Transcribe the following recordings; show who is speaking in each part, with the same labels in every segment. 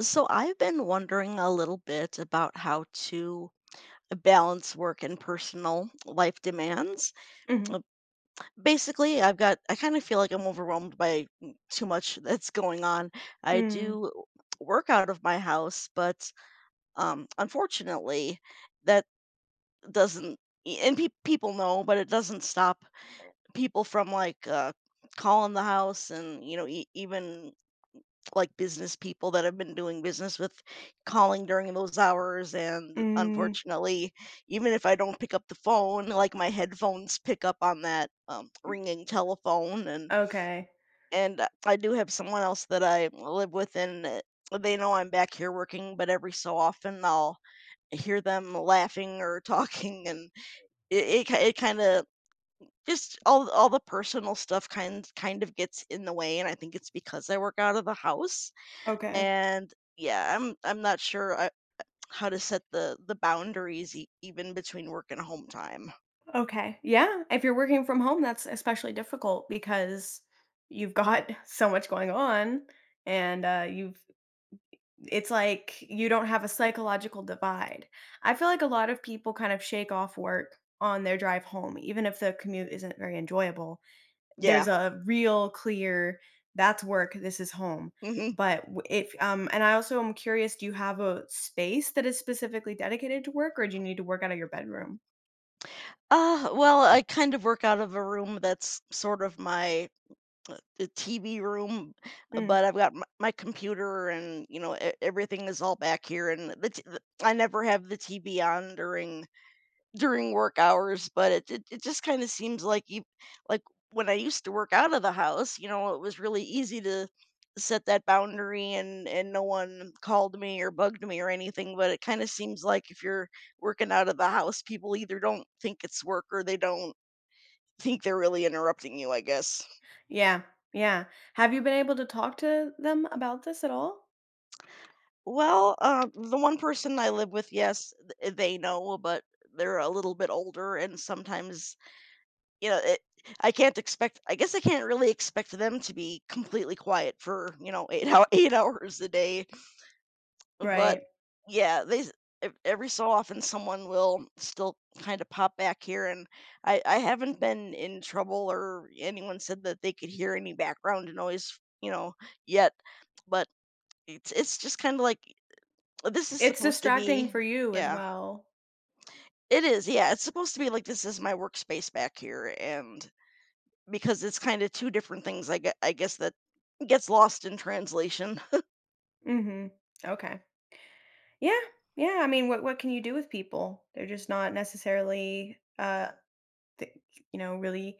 Speaker 1: So I've been wondering a little bit about how to balance work and personal life demands.
Speaker 2: Mhm.
Speaker 1: Uh, Basically, I've got, I kind of feel like I'm overwhelmed by too much that's going on. I
Speaker 2: Mm.
Speaker 1: do work out of my house, but unfortunately, that doesn't, y- and pe people know, but it doesn't stop people from like calling the house and, you know, e even like business people that have been doing business with, calling during those hours. And
Speaker 2: Mm.
Speaker 1: unfortunately, even if I don't pick up the phone, like my headphones pick up on that ringing telephone. and
Speaker 2: Okay.
Speaker 1: and I do have someone else that I live with, and they know I'm back here working, but every so often I'll hear them laughing or talking. And it kind of just all the personal stuff kind of gets in the way, and I think it's because I work out of the house.
Speaker 2: Okay.
Speaker 1: And yeah, I'm not sure how to set the boundaries even between work and home time.
Speaker 2: Okay. Yeah, if you're working from home, that's especially difficult because you've got so much going on and, you've it's like you don't have a psychological divide. I feel like a lot of people kind of shake off work on their drive home, even if the commute isn't very enjoyable.
Speaker 1: Yeah.
Speaker 2: There's a real clear, "That's work, this is home."
Speaker 1: Hmm.
Speaker 2: But w if, and I also am curious, do you have a space that is specifically dedicated to work, or do you need to work out of your bedroom?
Speaker 1: Well, I kind of work out of a room that's sort of my the TV room,
Speaker 2: Mm.
Speaker 1: but I've got my computer, and you know everything is all back here, and I never have the TV on during work hours. But it just kind of seems like you like when I used to work out of the house, you know, it was really easy to set that boundary, and no one called me or bugged me or anything. But it kind of seems like if you're working out of the house, people either don't think it's work or they don't think they're really interrupting you, I guess.
Speaker 2: Yeah, yeah. Have you been able to talk to them about this at all?
Speaker 1: Well, the one person I live with, yes, they know. But they're a little bit older, and sometimes, you know, it I can't expect, I guess I can't really expect them to be completely quiet for, you know, 8 hou 8 hours a day. But
Speaker 2: Right.
Speaker 1: yeah, they s ev every so often someone will still kinda pop back here, and I haven't been in trouble or anyone said that they could hear any background noise, you know, yet. But it's just kinda like, this is
Speaker 2: It's
Speaker 1: supposed to
Speaker 2: distracting
Speaker 1: be...
Speaker 2: for you as
Speaker 1: Yeah.
Speaker 2: well.
Speaker 1: It is, yeah, it's supposed to be like, this is my workspace back here. And because it's kinda 2 different things, I guess that gets lost in translation.
Speaker 2: Mhm. Okay. Yeah, yeah, I mean, what can you do with people? They're just not necessarily, th you know, really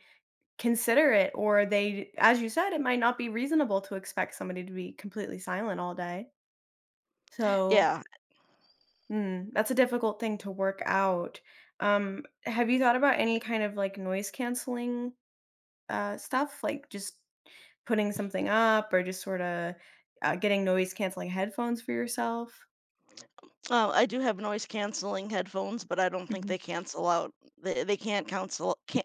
Speaker 2: consider it, or they as you said, it might not be reasonable to expect somebody to be completely silent all day. So,
Speaker 1: Yeah.
Speaker 2: that's a difficult thing to work out. Have you thought about any kind of, like, noise canceling, stuff? Like, just putting something up or just sorta, getting noise canceling headphones for yourself?
Speaker 1: I do have noise canceling headphones, but I don't think they
Speaker 2: Mhm.
Speaker 1: cancel out, they can't cancel,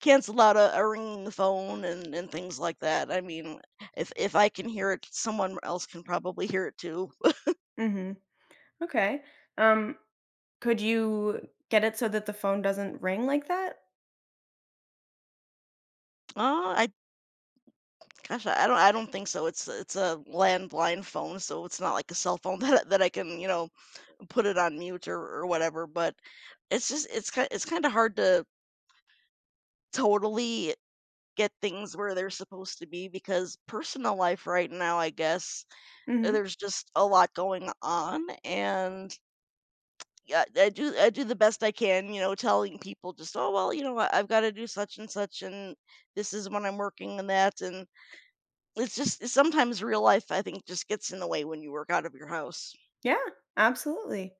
Speaker 1: cancel out a ringing phone and things like that. I mean, if I can hear it, someone else can probably hear it too.
Speaker 2: Mhm. Okay. Um, could you get it so that the phone doesn't ring like that?
Speaker 1: Uh, I I I don't think so. It's a landline phone, so it's not like a cell phone that I can, you know, put it on mute or whatever. But it's just it's kinda hard to totally get things where they're supposed to be, because personal life right now, I guess,
Speaker 2: Mhm.
Speaker 1: there's just a lot going on. And yeah, I do the best I can, you know, telling people just, "Oh, well, you know what? I've got to do such and such, and this is when I'm working and that." And it's just sometimes real life, I think, just gets in the way when you work out of your house.
Speaker 2: Yeah, absolutely.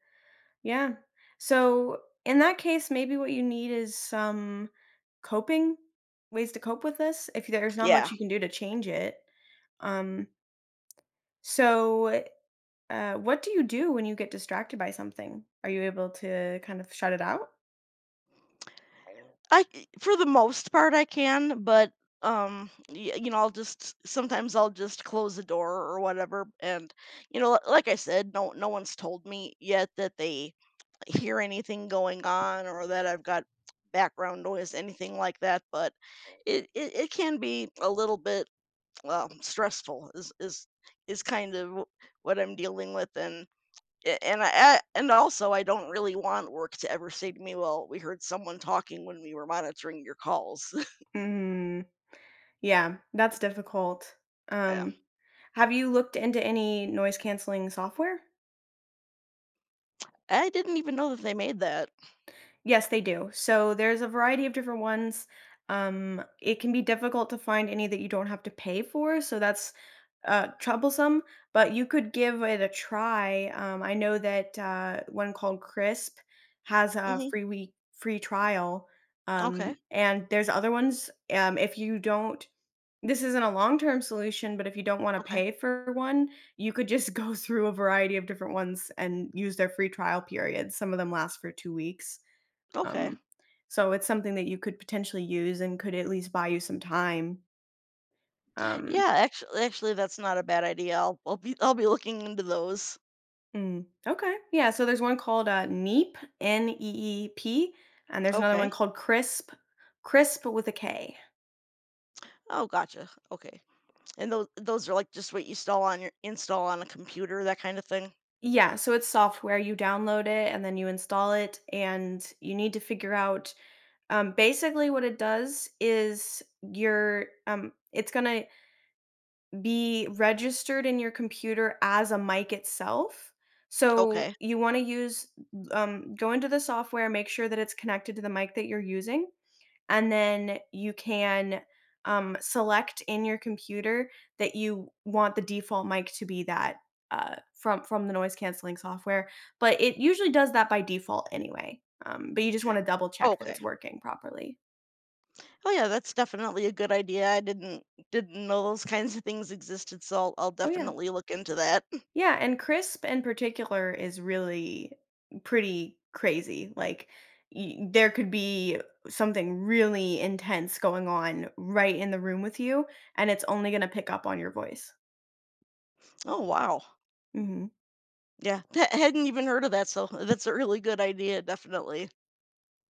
Speaker 2: Yeah. So in that case, maybe what you need is some coping ways to cope with this if there's not
Speaker 1: Yeah.
Speaker 2: much you can do to change it. Um, so what do you do when you get distracted by something? Are you able to kind of shut it out?
Speaker 1: For the most part I can, but you know, I'll just sometimes I'll just close the door or whatever. And you know, like I said, no one's told me yet that they hear anything going on or that I've got background noise, anything like that. But it can be a little bit stressful is kind of what I'm dealing with. And a and I- and also, I don't really want work to ever say to me, "Well, we heard someone talking when we were monitoring your calls."
Speaker 2: Mm. Yeah, that's difficult.
Speaker 1: Yeah.
Speaker 2: Um, have you looked into any noise canceling software?
Speaker 1: I didn't even know that they made that.
Speaker 2: Yes, they do. So there's a variety of different ones. It can be difficult to find any that you don't have to pay for, so that's troublesome. But you could give it a try. I know that one called Crisp has a
Speaker 1: Mhm.
Speaker 2: free trial,
Speaker 1: Okay.
Speaker 2: and there's other ones. If you don't This isn't a long-term solution, but if you don't wanna
Speaker 1: Okay.
Speaker 2: pay for one, you could just go through a variety of different ones and use their free trial period. Some of them last for 2 weeks.
Speaker 1: Okay.
Speaker 2: Um, so it's something that you could potentially use and could at least buy you some time. Um,
Speaker 1: Yeah, actually, that's not a bad idea. I'll be looking into those.
Speaker 2: okay. Yeah, so there's one called, Neep, Neep, and there's another one
Speaker 1: Okay.
Speaker 2: called Crisp, Crisp with a K.
Speaker 1: Oh, gotcha. Okay. And those are, like, just what you install on your install on a computer, that kind of thing?
Speaker 2: Yeah, so it's software. You download it, and then you install it, and you need to figure out basically what it does is your it's gonna be registered in your computer as a mic itself. So
Speaker 1: Okay.
Speaker 2: you want to use go into the software, make sure that it's connected to the mic that you're using, and then you can select in your computer that you want the default mic to be that from the noise canceling software. But it usually does that by default anyway. But you just want to double check that
Speaker 1: Okay.
Speaker 2: it's working properly.
Speaker 1: Oh, yeah, that's definitely a good idea. I didn't know those kinds of things existed, so I'll
Speaker 2: Oh yeah.
Speaker 1: definitely look into that.
Speaker 2: Yeah, and crisp in particular is really pretty crazy. Like y- there could be something really intense going on right in the room with you, and it's only going to pick up on your voice.
Speaker 1: Oh, wow.
Speaker 2: Hmm.
Speaker 1: Yeah, hadn't even heard of that, so that's a really good idea, definitely.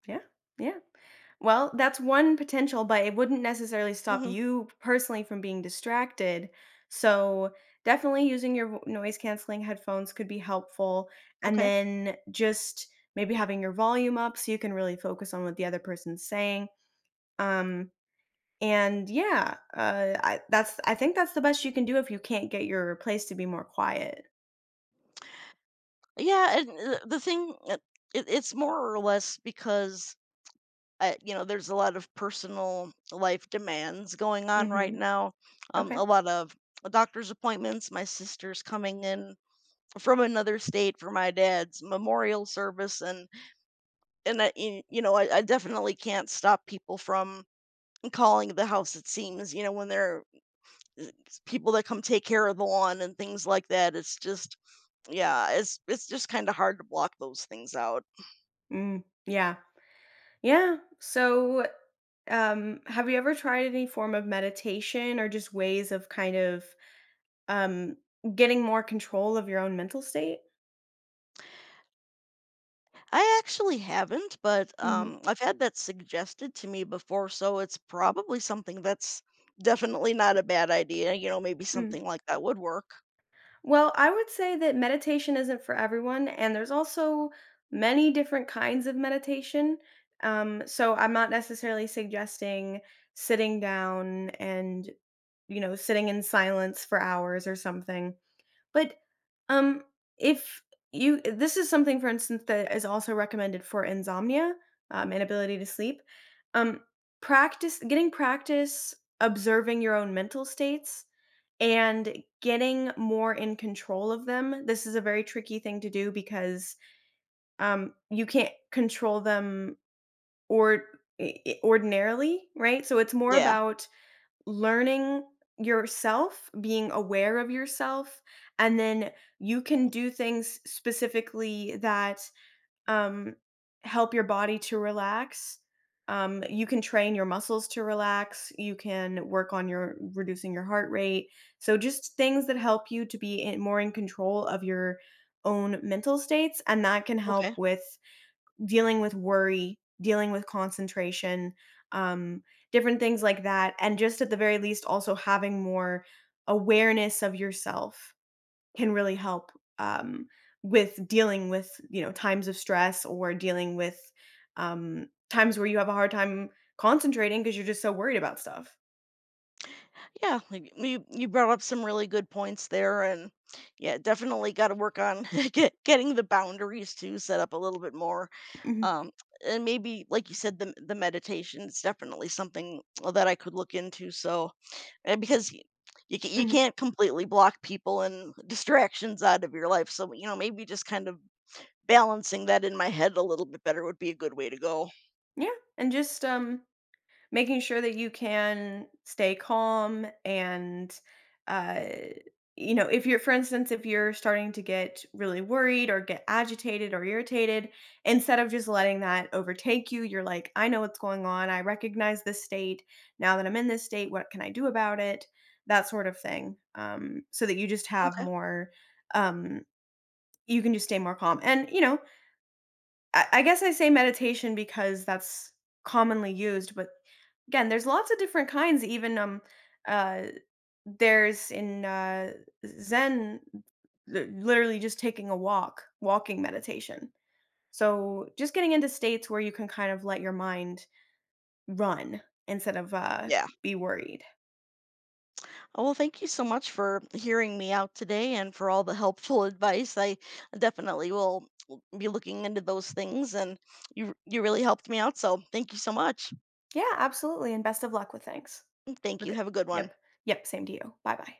Speaker 2: Yeah, yeah. Well, that's one potential, but it wouldn't necessarily stop
Speaker 1: Hmm.
Speaker 2: you personally from being distracted. So, definitely using your vo- noise canceling headphones could be helpful. And
Speaker 1: Okay.
Speaker 2: then just maybe having your volume up so you can really focus on what the other person's saying. Um, and Yeah, that's I think that's the best you can do if you can't get your place to be more quiet.
Speaker 1: Yeah, and uh, the thing, uh, it's more or less because, you know, there's a lot of personal life demands going on right
Speaker 2: Mm-hmm.
Speaker 1: now. A
Speaker 2: Okay.
Speaker 1: lot of doctor's appointments. My sister's coming in from another state for my dad's memorial service. And you know, I definitely can't stop people from calling the house. It seems, you know, when they're uh, people that come take care of the lawn and things like that. It's just, yeah, it's just kinda hard to block those things out.
Speaker 2: Mm, yeah. Yeah. Have you ever tried any form of meditation or just ways of kind of, um, getting more control of your own mental state?
Speaker 1: I actually haven't, but,
Speaker 2: Mhm,
Speaker 1: I've had that suggested to me before, so it's probably something that's definitely not a bad idea. You know, maybe
Speaker 2: mm.
Speaker 1: something like that would work.
Speaker 2: Well, I would say that meditation isn't for everyone, and there's also many different kinds of meditation. So I'm not necessarily suggesting sitting down and, you know, sitting in silence for hours or something. But, um, if you this is something, for instance, that is also recommended for insomnia, inability to sleep. Um, Practice getting practice observing your own mental states and getting more in control of them. This is a very tricky thing to do because, you can't control them or I ordinarily, right? So it's more
Speaker 1: Yeah,
Speaker 2: about learning yourself, being aware of yourself, and then you can do things specifically that, um, help your body to relax. You can train your muscles to relax, you can work on your reducing your heart rate. So just things that help you to be in more in control of your own mental states, and that can
Speaker 1: okay.
Speaker 2: help with dealing with worry, dealing with concentration, um, different things like that. And just at the very least, also having more awareness of yourself can really help um, with dealing with, you know, times of stress or dealing with times where you have a hard time concentrating because you're just so worried about stuff.
Speaker 1: Yeah, like, you brought up some really good points there. And yeah, definitely gotta work on getting the boundaries to set up a little bit more.
Speaker 2: Mhm,
Speaker 1: Um, and maybe, like you said, the meditation is definitely something that I could look into. So, and you you
Speaker 2: mhm.
Speaker 1: can't completely block people and distractions out of your life. So you know, maybe just kind of balancing that in my head a little bit better would be a good way to go.
Speaker 2: Yeah. And just, making sure that you can stay calm and, uh, you know, if you're, for instance, if you're starting to get really worried or get agitated or irritated, instead of just letting that overtake you, you're like, I know what's going on. I recognize this state. Now that I'm in this state, what can I do about it? That sort of thing. So that you just have
Speaker 1: Okay.
Speaker 2: more, um, you can just stay more calm. And, you know, I guess I say meditation because that's commonly used, but again, there's lots of different kinds even, uh, there's Zen, li literally just taking a walk, walking meditation. So, just getting into states where you can kind of let your mind run instead of,
Speaker 1: Yeah.
Speaker 2: be worried.
Speaker 1: Oh, well, thank you so much for hearing me out today and for all the helpful advice. I definitely will be looking into those things, and you really helped me out. So thank you so much.
Speaker 2: Yeah, absolutely, and best of luck with things.
Speaker 1: Thank
Speaker 2: Have a
Speaker 1: you.
Speaker 2: good
Speaker 1: Have a good one.
Speaker 2: Yep. Yep, same to you. Bye-bye.